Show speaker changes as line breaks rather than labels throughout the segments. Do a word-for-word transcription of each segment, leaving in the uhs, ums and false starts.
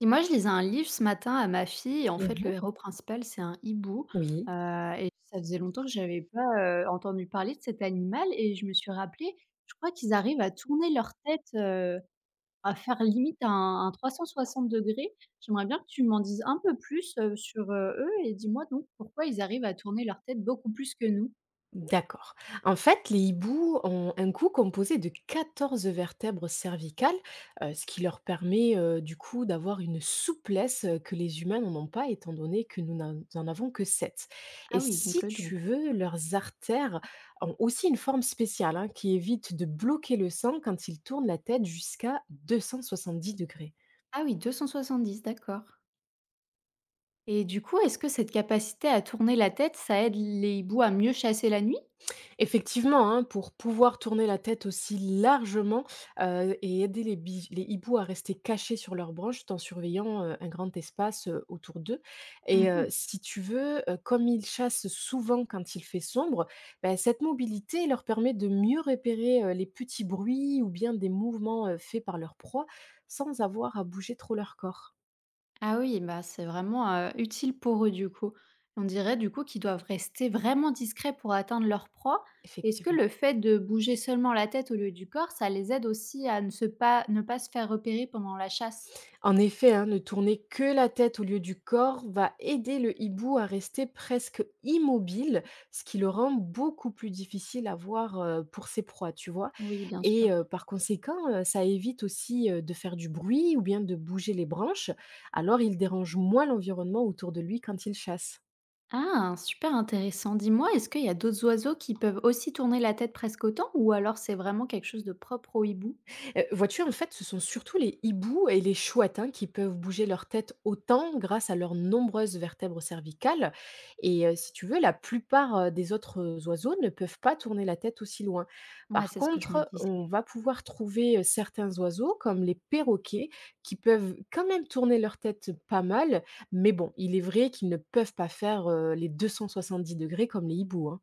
Et moi, je lisais un livre ce matin à ma fille et en fait, le
Mmh.
héros principal, c'est un hibou.
Oui,
Heu, Ça faisait longtemps que j'avais pas, heu, entendu parler de cet animal et je me suis rappelé. Je crois qu'ils arrivent à tourner leur tête, heu, à faire limite un un trois cent soixante degrés. J'aimerais bien que tu m'en dises un peu plus, heu, sur, heu, eux et dis-moi donc pourquoi ils arrivent à tourner leur tête beaucoup plus que nous?
d'accord. En fait, les hiboux ont un cou composé de quatorze vertèbres cervicales, heu, ce qui leur permet, heu, du coup, d'avoir une souplesse, heu, que les humains n'en ont pas étant donné que nous n'en en avons que sept.
Ah
Et
oui, donc
si
le
tu
double.
veux, leurs artères ont aussi une forme spéciale, hein, qui évite de bloquer le sang quand ils tournent la tête jusqu'à deux cent soixante-dix degrés.
Ah oui, deux cent soixante-dix, d'accord. Et du coup, est-ce que cette capacité à tourner la tête, ça aide les hiboux à mieux chasser la nuit?
Effectivement, hein, pour pouvoir tourner la tête aussi largement heu, et aider les bi les hiboux à rester cachés sur leurs branches tout en surveillant, heu, un grand espace, heu, autour d'eux, et heu,
Mhm.
si tu veux, heu, comme ils chassent souvent quand il fait sombre, bah, cette mobilité leur permet de mieux repérer, heu, les petits bruits ou bien des mouvements, heu, faits par leur proie sans avoir à bouger trop leur corps,
Ah oui, bah, c'est vraiment, heu, utile pour eux, du coup. On dirait, du coup, qu'ils doivent rester vraiment discrets pour atteindre leur proie. Est-ce que
effectivement.
le fait de bouger seulement la tête au lieu du corps, ça les aide aussi à ne se pas ne pas se faire repérer pendant la chasse?
En effet, hein, ne tourner que la tête au lieu du corps va aider le hibou à rester presque immobile, ce qui le rend beaucoup plus difficile à voir, euh, pour ses proies, tu vois.
Oui, bien
Et euh,
sûr.
par conséquent, euh, ça évite aussi, euh, de faire du bruit ou bien de bouger les branches, alors il dérange moins l'environnement autour de lui quand il chasse.
Ah! Super intéressant. Dis-moi, est-ce qu'il y a d'autres oiseaux qui peuvent aussi tourner la tête presque autant ou alors c'est vraiment quelque chose de propre au hibou?
Heu, vois-tu, en fait, ce sont surtout les hiboux et les chouettes, hein, qui peuvent bouger leur tête autant grâce à leurs nombreuses vertèbres cervicales, et heu, si tu veux, la plupart, heu, des autres, heu, oiseaux ne peuvent pas tourner la tête aussi loin.
Ouais,
Par
c'est ce que je me
contre,
disais.
on va pouvoir trouver, heu, certains oiseaux comme les perroquets qui peuvent quand même tourner leur tête pas mal, mais bon, il est vrai qu'ils ne peuvent pas faire, heu, les deux cent soixante-dix degrés comme les hiboux, hein.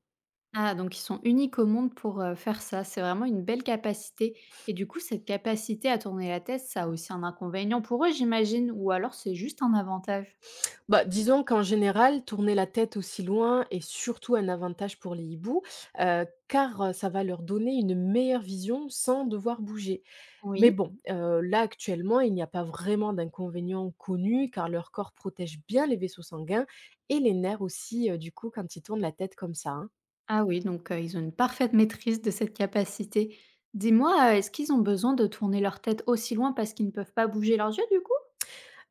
Ah, donc ils sont uniques au monde pour, heu, faire ça. C'est vraiment une belle capacité et du coup, cette capacité à tourner la tête, ça a aussi un inconvénient pour eux, j'imagine? Ou alors c'est juste un avantage?
Bah, disons qu'en général, tourner la tête aussi loin est surtout un avantage pour les hiboux, heu, car, heu, ça va leur donner une meilleure vision sans devoir bouger.
Oui.
Mais bon, heu, là actuellement, il n'y a pas vraiment d'inconvénient connu car leur corps protège bien les vaisseaux sanguins et les nerfs aussi, heu, du coup quand ils tournent la tête comme ça, hein.
Ah oui, donc, heu, ils ont une parfaite maîtrise de cette capacité. Dis-moi, heu, est-ce qu'ils ont besoin de tourner leur tête aussi loin parce qu'ils ne peuvent pas bouger leurs yeux, du coup?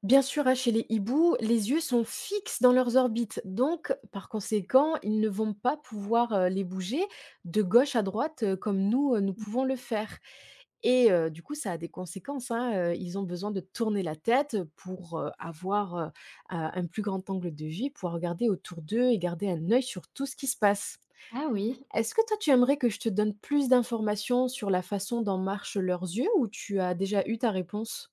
Bien sûr, hein, chez les hiboux, les yeux sont fixes dans leurs orbites, donc par conséquent, ils ne vont pas pouvoir, heu, les bouger de gauche à droite, heu, comme nous, heu, nous pouvons le faire. Et heu, du coup, ça a des conséquences, hein, heu, ils ont besoin de tourner la tête, pour, heu, avoir, heu, un un plus grand angle de vue, pouvoir regarder autour d'eux et garder un œil sur tout ce qui se passe.
Ah oui.
Est-ce que toi, tu aimerais que je te donne plus d'informations sur la façon dont marchent leurs yeux ou tu as déjà eu ta réponse?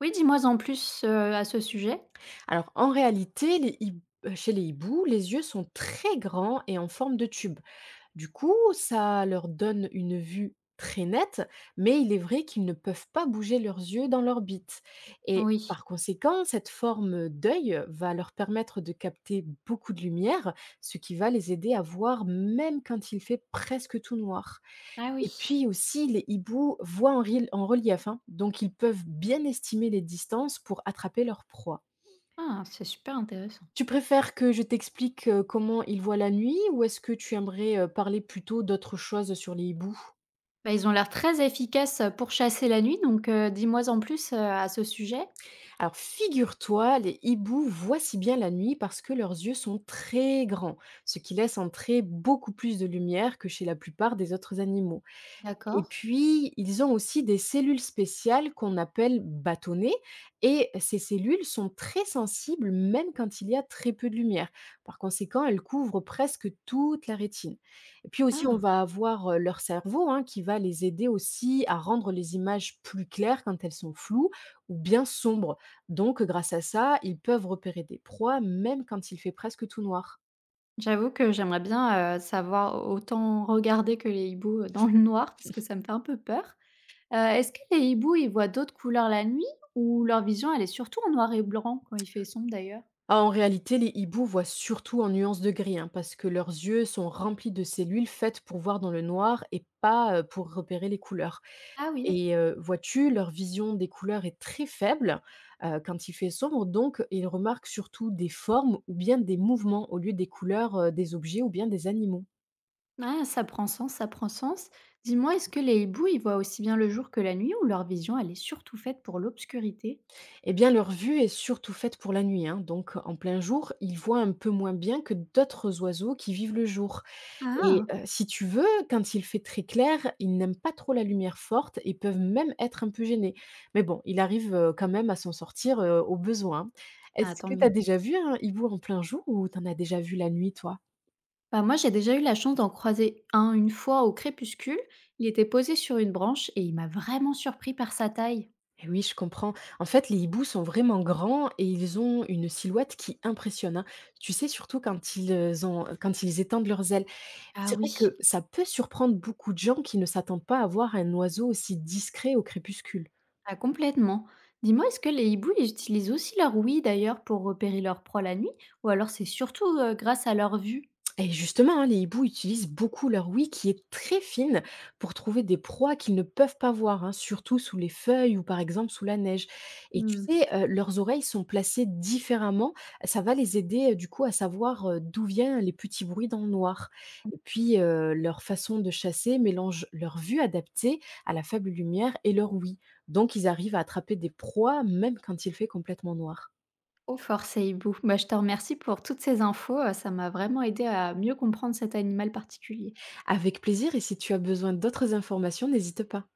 Oui, dis-moi en plus, heu, à ce sujet.
Alors en réalité, les hib heu, chez les hiboux, les yeux sont très grands et en forme de tube. Du coup, ça leur donne une vue très nette, mais il est vrai qu'ils ne peuvent pas bouger leurs yeux dans l'orbite. Et
Oui.
par conséquent, cette forme d'œil va leur permettre de capter beaucoup de lumière, ce qui va les aider à voir même quand il fait presque tout noir.
Ah
Et
oui.
puis aussi, les hiboux voient en, ril- en relief, hein, donc ils peuvent bien estimer les distances pour attraper leur proie.
Ah, c'est super intéressant.
Tu préfères que je t'explique, heu, comment ils voient la nuit, ou est-ce que tu aimerais, heu, parler plutôt d'autres choses sur les hiboux?
Bah, ils ont l'air très efficaces, pour chasser la nuit donc, heu, dis-moi en plus, heu, à ce sujet.
Alors figure-toi, les hiboux voient si bien la nuit parce que leurs yeux sont très grands, ce qui laisse entrer beaucoup plus de lumière que chez la plupart des autres animaux. Et
D'accord.
puis, ils ont aussi des cellules spéciales qu'on appelle bâtonnets, et ces cellules sont très sensibles même quand il y a très peu de lumière. Par conséquent, elles couvrent presque toute la rétine. Et puis aussi, on
Ah!
va avoir euh, leur cerveau, hein, qui va les aider aussi à rendre les images plus claires quand elles sont floues ou bien sombres. Donc, grâce à ça, ils peuvent repérer des proies même quand il fait presque tout noir.
J'avoue que j'aimerais bien, heu, savoir autant regarder que les hiboux, heu, dans le noir parce que ça me fait un peu peur. Heu, est-ce que les hiboux, ils voient d'autres couleurs la nuit ou leur vision, elle est surtout en noir et blanc quand il fait sombre d'ailleurs?
Ah, en réalité, les hiboux voient surtout en nuances de gris, hein, parce que leurs yeux sont remplis de cellules faites pour voir dans le noir et pas, euh, pour repérer les couleurs.
Ah oui,
Et euh, vois-tu, leur vision des couleurs est très faible, euh, quand il fait sombre, donc ils remarquent surtout des formes ou bien des mouvements au lieu des couleurs, euh, des objets ou bien des animaux.
ah, ça prend sens, ça prend sens. Dis-moi, est-ce que les hiboux, ils voient aussi bien le jour que la nuit ou leur vision, elle est surtout faite pour l'obscurité?
Eh bien, leur vue est surtout faite pour la nuit, hein, donc en plein jour, ils voient un peu moins bien que d'autres oiseaux qui vivent le jour. Et
Ah!
heu, si tu veux, quand il fait très clair, ils n'aiment pas trop la lumière forte et peuvent même être un peu gênés. Mais bon, il arrive, heu, quand même à s'en sortir, heu, au besoin.
Ah,
Est-ce
tant
que tu as
mieux.
déjà vu un hibou en plein jour ou tu en as déjà vu la nuit, toi?
Bah, moi, j'ai déjà eu la chance d'en croiser un une fois au crépuscule. Il était posé sur une branche et il m'a vraiment surpris par sa taille.
Eh oui, je comprends. En fait, les hiboux sont vraiment grands et ils ont une silhouette qui impressionne, hein. Tu sais, surtout quand ils, ont quand ils étendent leurs ailes.
Ah
C'est vrai
oui,
que ça peut surprendre beaucoup de gens qui ne s'attendent pas à voir un oiseau aussi discret au crépuscule.
ah complètement. Dis-moi, est-ce que les hiboux, ils utilisent aussi leur ouïe d'ailleurs pour repérer leur proie la nuit? Ou alors c'est surtout euh, grâce à leur vue?
Et justement, hein, les hiboux utilisent beaucoup leur ouïe qui est très fine pour trouver des proies qu'ils ne peuvent pas voir, hein, surtout sous les feuilles ou par exemple sous la neige. Et tu
Hmm.
sais, euh, leurs oreilles sont placées différemment. Ça va les aider, euh, du coup à savoir, euh, d'où viennent les petits bruits dans le noir. Et puis, euh, leur façon de chasser mélange leur vue adaptée à la faible lumière et leur ouïe. Donc, ils arrivent à attraper des proies même quand il fait complètement noir.
Oh, force à hibou. Bah, je te remercie pour toutes ces infos, euh, ça m'a vraiment aidé à mieux comprendre cet animal particulier.
Avec plaisir, et si tu as besoin d'autres informations, n'hésite pas.